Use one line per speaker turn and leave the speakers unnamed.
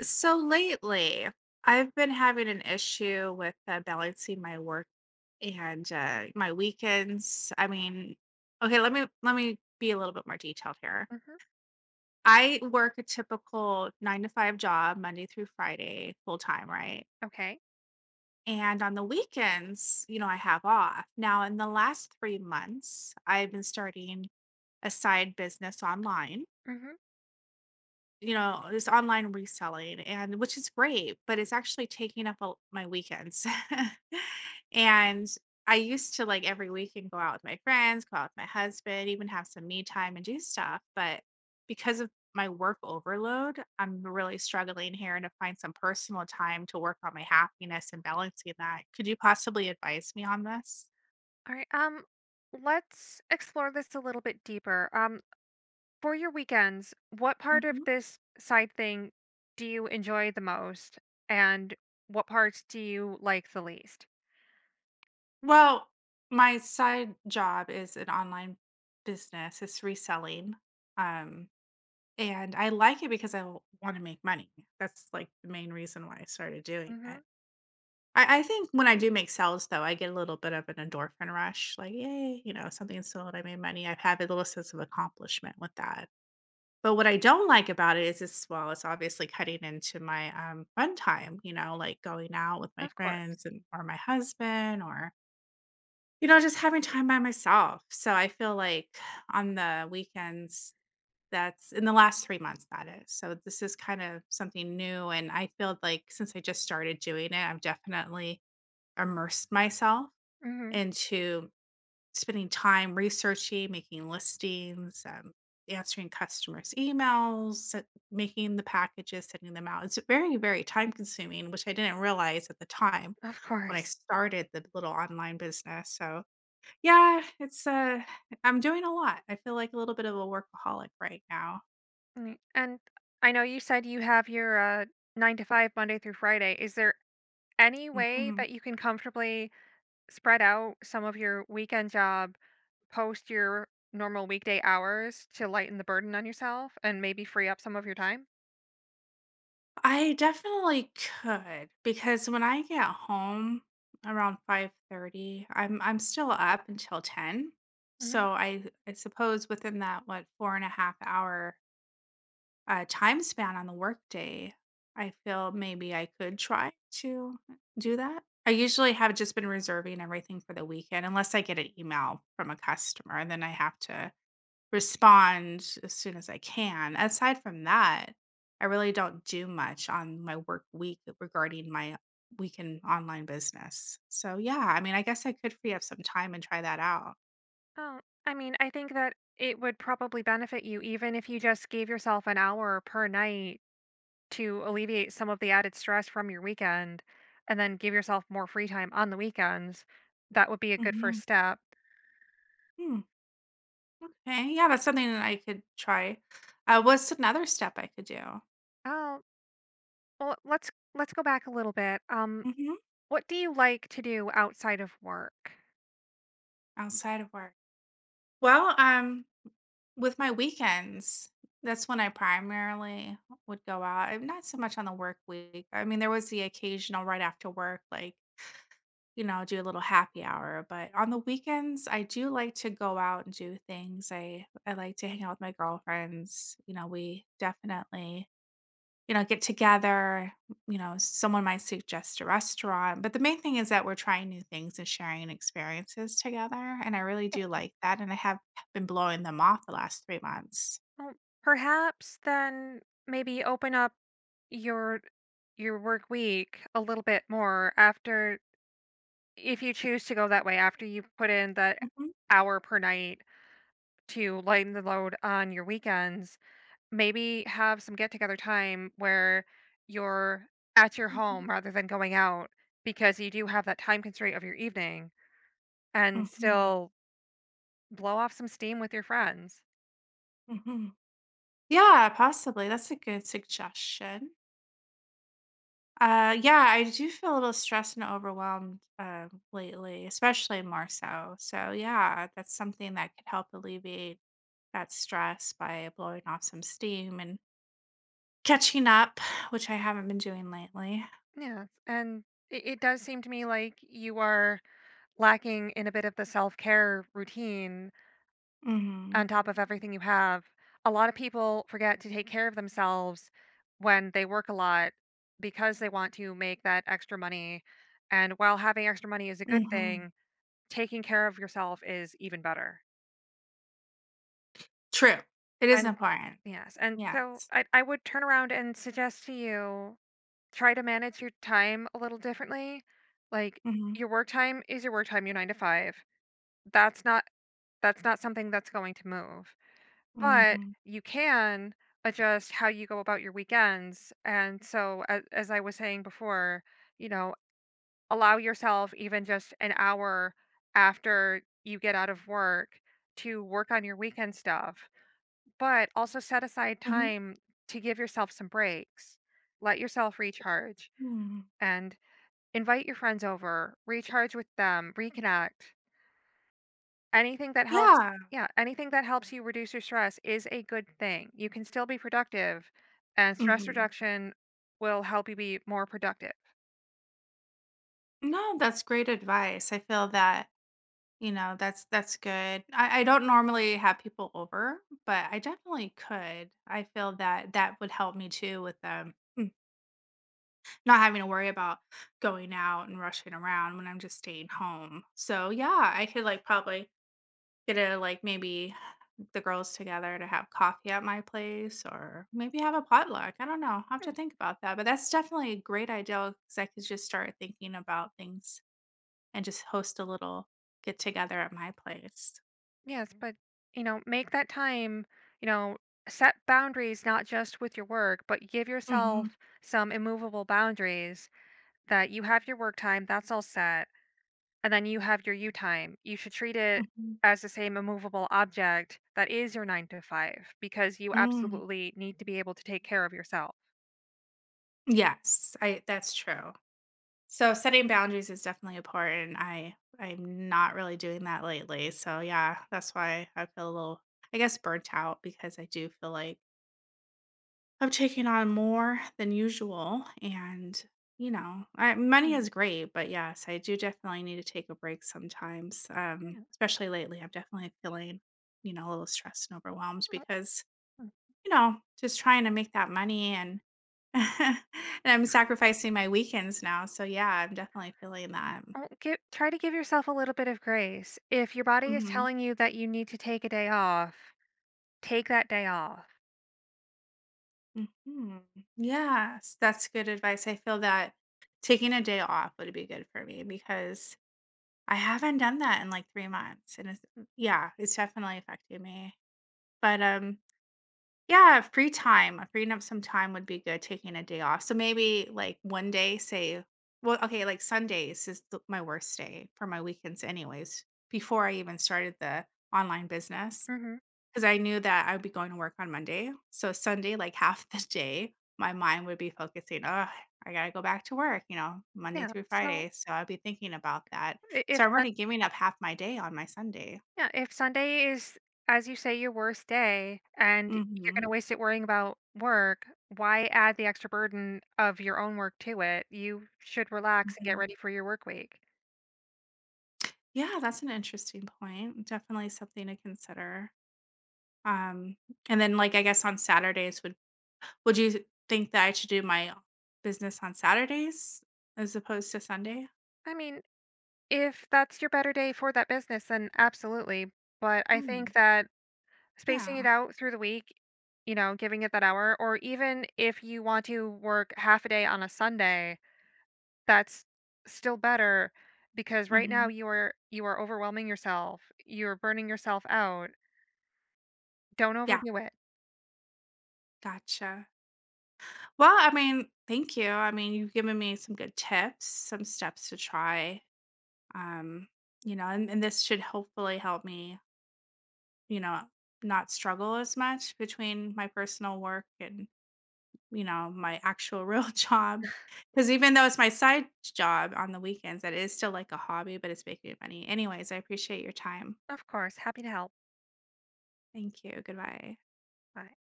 So lately, I've been having an issue with balancing my work and my weekends. Let me be a little bit more detailed here.
Mm-hmm.
I work a typical nine to five job, Monday through Friday, full time, right?
Okay.
And on the weekends, you know, I have off. Now, in the last 3 months, I've been starting a side business online.
Mm-hmm.
You know, this online reselling, and which is great, but it's actually taking up a my weekends. And I used to like every weekend go out with my friends, go out with my husband, even have some me time and do stuff, but because of my work overload, I'm really struggling here to find some personal time to work on my happiness and balancing that. Could you possibly advise me on this?
All right. Let's explore this a little bit deeper. For your weekends, what part of
Hmm.
this side thing do you enjoy the most, and what parts do you like the least?
Well, my side job is an online business. It's reselling. Um, And I like it because I wanna make money. That's, like, the main reason why I started doing
Mm-hmm.
it. I think when I do make sales, though, I get a little bit of an endorphin rush, like, "Yay," you know, "something sold, I made money." I have a little sense of accomplishment with that. But what I don't like about it is it's obviously cutting into my, fun time, you know, like going out with my
Of course.
friends and or my husband or, you know, just having time by myself. So I feel like on the weekends, that's in the last 3 months, that is. So this is kind of something new, and I feel like since I just started doing it, I've definitely immersed myself
Mm-hmm.
into spending time researching, making listings, answering customers' emails, se making the packages, sending them out. It's very, very time consuming, which I didn't realize at the time
Of
when I
course.
started the little online business. So, yeah, I'm doing a lot. I feel like a little bit of a workaholic right now.
Mm, and I know you said you have your nine to five Monday through Friday. Is there any way
Mhm.
that you can comfortably spread out some of your weekend job post your normal weekday hours to lighten the burden on yourself and maybe free up some of your time?
I definitely could because when I get home around 5:30, I'm still up until 10.
Mhm.
So I suppose within that what four and a half hour time span on the workday, I feel maybe I could try to do that. I usually have just been reserving everything for the weekend unless I get an email from a customer and then I have to respond as soon as I can. Aside from that, I really don't do much on my work week regarding my weekend online business. So, yeah, I mean, I guess I could free up some time and try that out.
Oh, I mean, I think that it would probably benefit you even if you just gave yourself an hour per night to alleviate some of the added stress from your weekend and then give yourself more free time on the weekends. That would be a good
Hmm.
first step.
Hmm. Okay. Yeah, that's something that I could try. What's another step I could do
Oh, well, let's go back a little bit.
hmm
What do you like to do outside of work?
outside of work? Well, with my weekends, that's when I primarily would go out. I'm not so much on the work week. I mean, there was the occasional right after work, like, you know, do a little happy hour. But on the weekends, I do like to go out and do things. I like to hang out with my girlfriends. You know, we definitely, you know, get together. You know, someone might suggest a restaurant, but the main thing is that we're trying new things and sharing experiences together, and I really do like that, and I have been blowing them off the last 3 months.
Well, perhaps then maybe open up your your work week a little bit more after, if you choose to go that way, after you put in that
Mhm,
hour per night to lighten the load on your weekends. Maybe have some get together time where you're at your
mhm,
home rather than going out, because you do have that time constraint of your evening, and
mhm,
still blow off some steam with your friends.
mhm. Yeah, possibly. That's a good suggestion. Yeah, I do feel a little stressed and overwhelmed lately, especially more so. So, yeah, that's something that could help alleviate that stress by blowing off some steam and catching up, which I haven't been doing lately.
Yeah, and it does seem to me like you are lacking in a bit of the self-care routine
Hmm.
on top of everything you have. A lot of people forget to take care of themselves when they work a lot because they want to make that extra money. And while having extra money is a good
Hmm.
thing, taking care of yourself is even better.
True. It is
And
important.
yes, and
Yes.
so I would turn around and suggest to you, try to manage your time a little differently. Like,
Hmm.
your work time is your work time, your nine to five. That's not that's not something that's going to move. But
Hmm.
you can adjust how you go about your weekends. And so, as I was saying before, you know, allow yourself even just an hour after you get out of work to work on your weekend stuff, but also set aside
Hmm.
time to give yourself some breaks. Let yourself recharge
Hmm.
and invite your friends over, recharge with them, reconnect. Anything that helps
Yeah.
Yeah, anything that helps you reduce your stress is a good thing. You can still be productive, and stress
Hmm.
reduction will help you be more productive.
No, that's great advice. I feel that, you know, that's good. I don't normally have people over, but I definitely could. I feel that that would help me too with not having to worry about going out and rushing around when I'm just staying home. So yeah, I could like probably get a like maybe the girls together to have coffee at my place or maybe have a potluck. I don't know. I'll have to think about that. But that's definitely a great idea because I could just start thinking about things and just host a little get together at my place.
Yes, but, you know, make that time, you know, set boundaries not just with your work, but give
Mhm.
yourself some immovable boundaries, that you have your work time, that's all set, and then you have your you time. You should treat it
Mhm.
as the same immovable object that is your 9 to 5, because you
Mm.
absolutely need to be able to take care of yourself.
Yes, I that's true. So setting boundaries is definitely important. I'm not really doing that lately. So yeah, that's why I feel a little, I guess, burnt out because I do feel like I'm taking on more than usual and, you know, money is great, but yes, I do definitely need to take a break sometimes.
Yeah,
Especially lately, I'm definitely feeling, you know, a little stressed and overwhelmed
uh,
because,
mm,
you know, just trying to make that money and and I'm sacrificing my weekends now, so yeah, I'm definitely feeling that.
give, try to give yourself a little bit of grace. If your body is
Mhm,
telling you that you need to take a day off, take that day off.
mhm. Yes, that's good advice. I feel that taking a day off would be good for me because I haven't done that in like 3 months, and it's yeah, it's definitely affecting me. But, um Yeah, free time. Freeing up some time would be good, taking a day off. So maybe like one day, say, well, okay, like Sundays is the, my worst day for my weekends, anyways, before I even started the online business,
hmm
because I knew that I'd be going to work on Monday. So Sunday, like half the day, my mind would be focusing, oh, I got to go back to work, you know, Monday
Yeah.
through
So
Friday. So I'd be thinking about that.
I- if
So I'm
Sun-
already giving up half my day on my Sunday.
yeah, if Sunday is, as you say, your worst day, and you're
Hmm.
going to waste it worrying about work, why add the extra burden of your own work to it? You should relax and get
Hmm.
ready for your work week.
Yeah, that's an interesting point. Definitely something to consider. Um, and then like I guess on Saturdays would you think that I should do my business on Saturdays as opposed to Sunday?
I mean, if that's your better day for that business, then absolutely. But I think
Mm,
that spacing it
yeah.
out through the week, you know, giving it that hour, or even if you want to work half a day on a Sunday, that's still better, because right now
Hmm.
you are overwhelming yourself. You're burning yourself out. Don't
Yeah.
overdo it.
Gotcha. Well, I mean, thank you. I mean, you've given me some good tips, some steps to try. Um, you know, and this should hopefully help me, you know, not struggle as much between my personal work and, you know, my actual real job. Because even though it's my side job on the weekends, that is still like a hobby, but it's making money. Anyways, I appreciate your time.
Of course, happy to help.
Thank you. Goodbye.
Bye.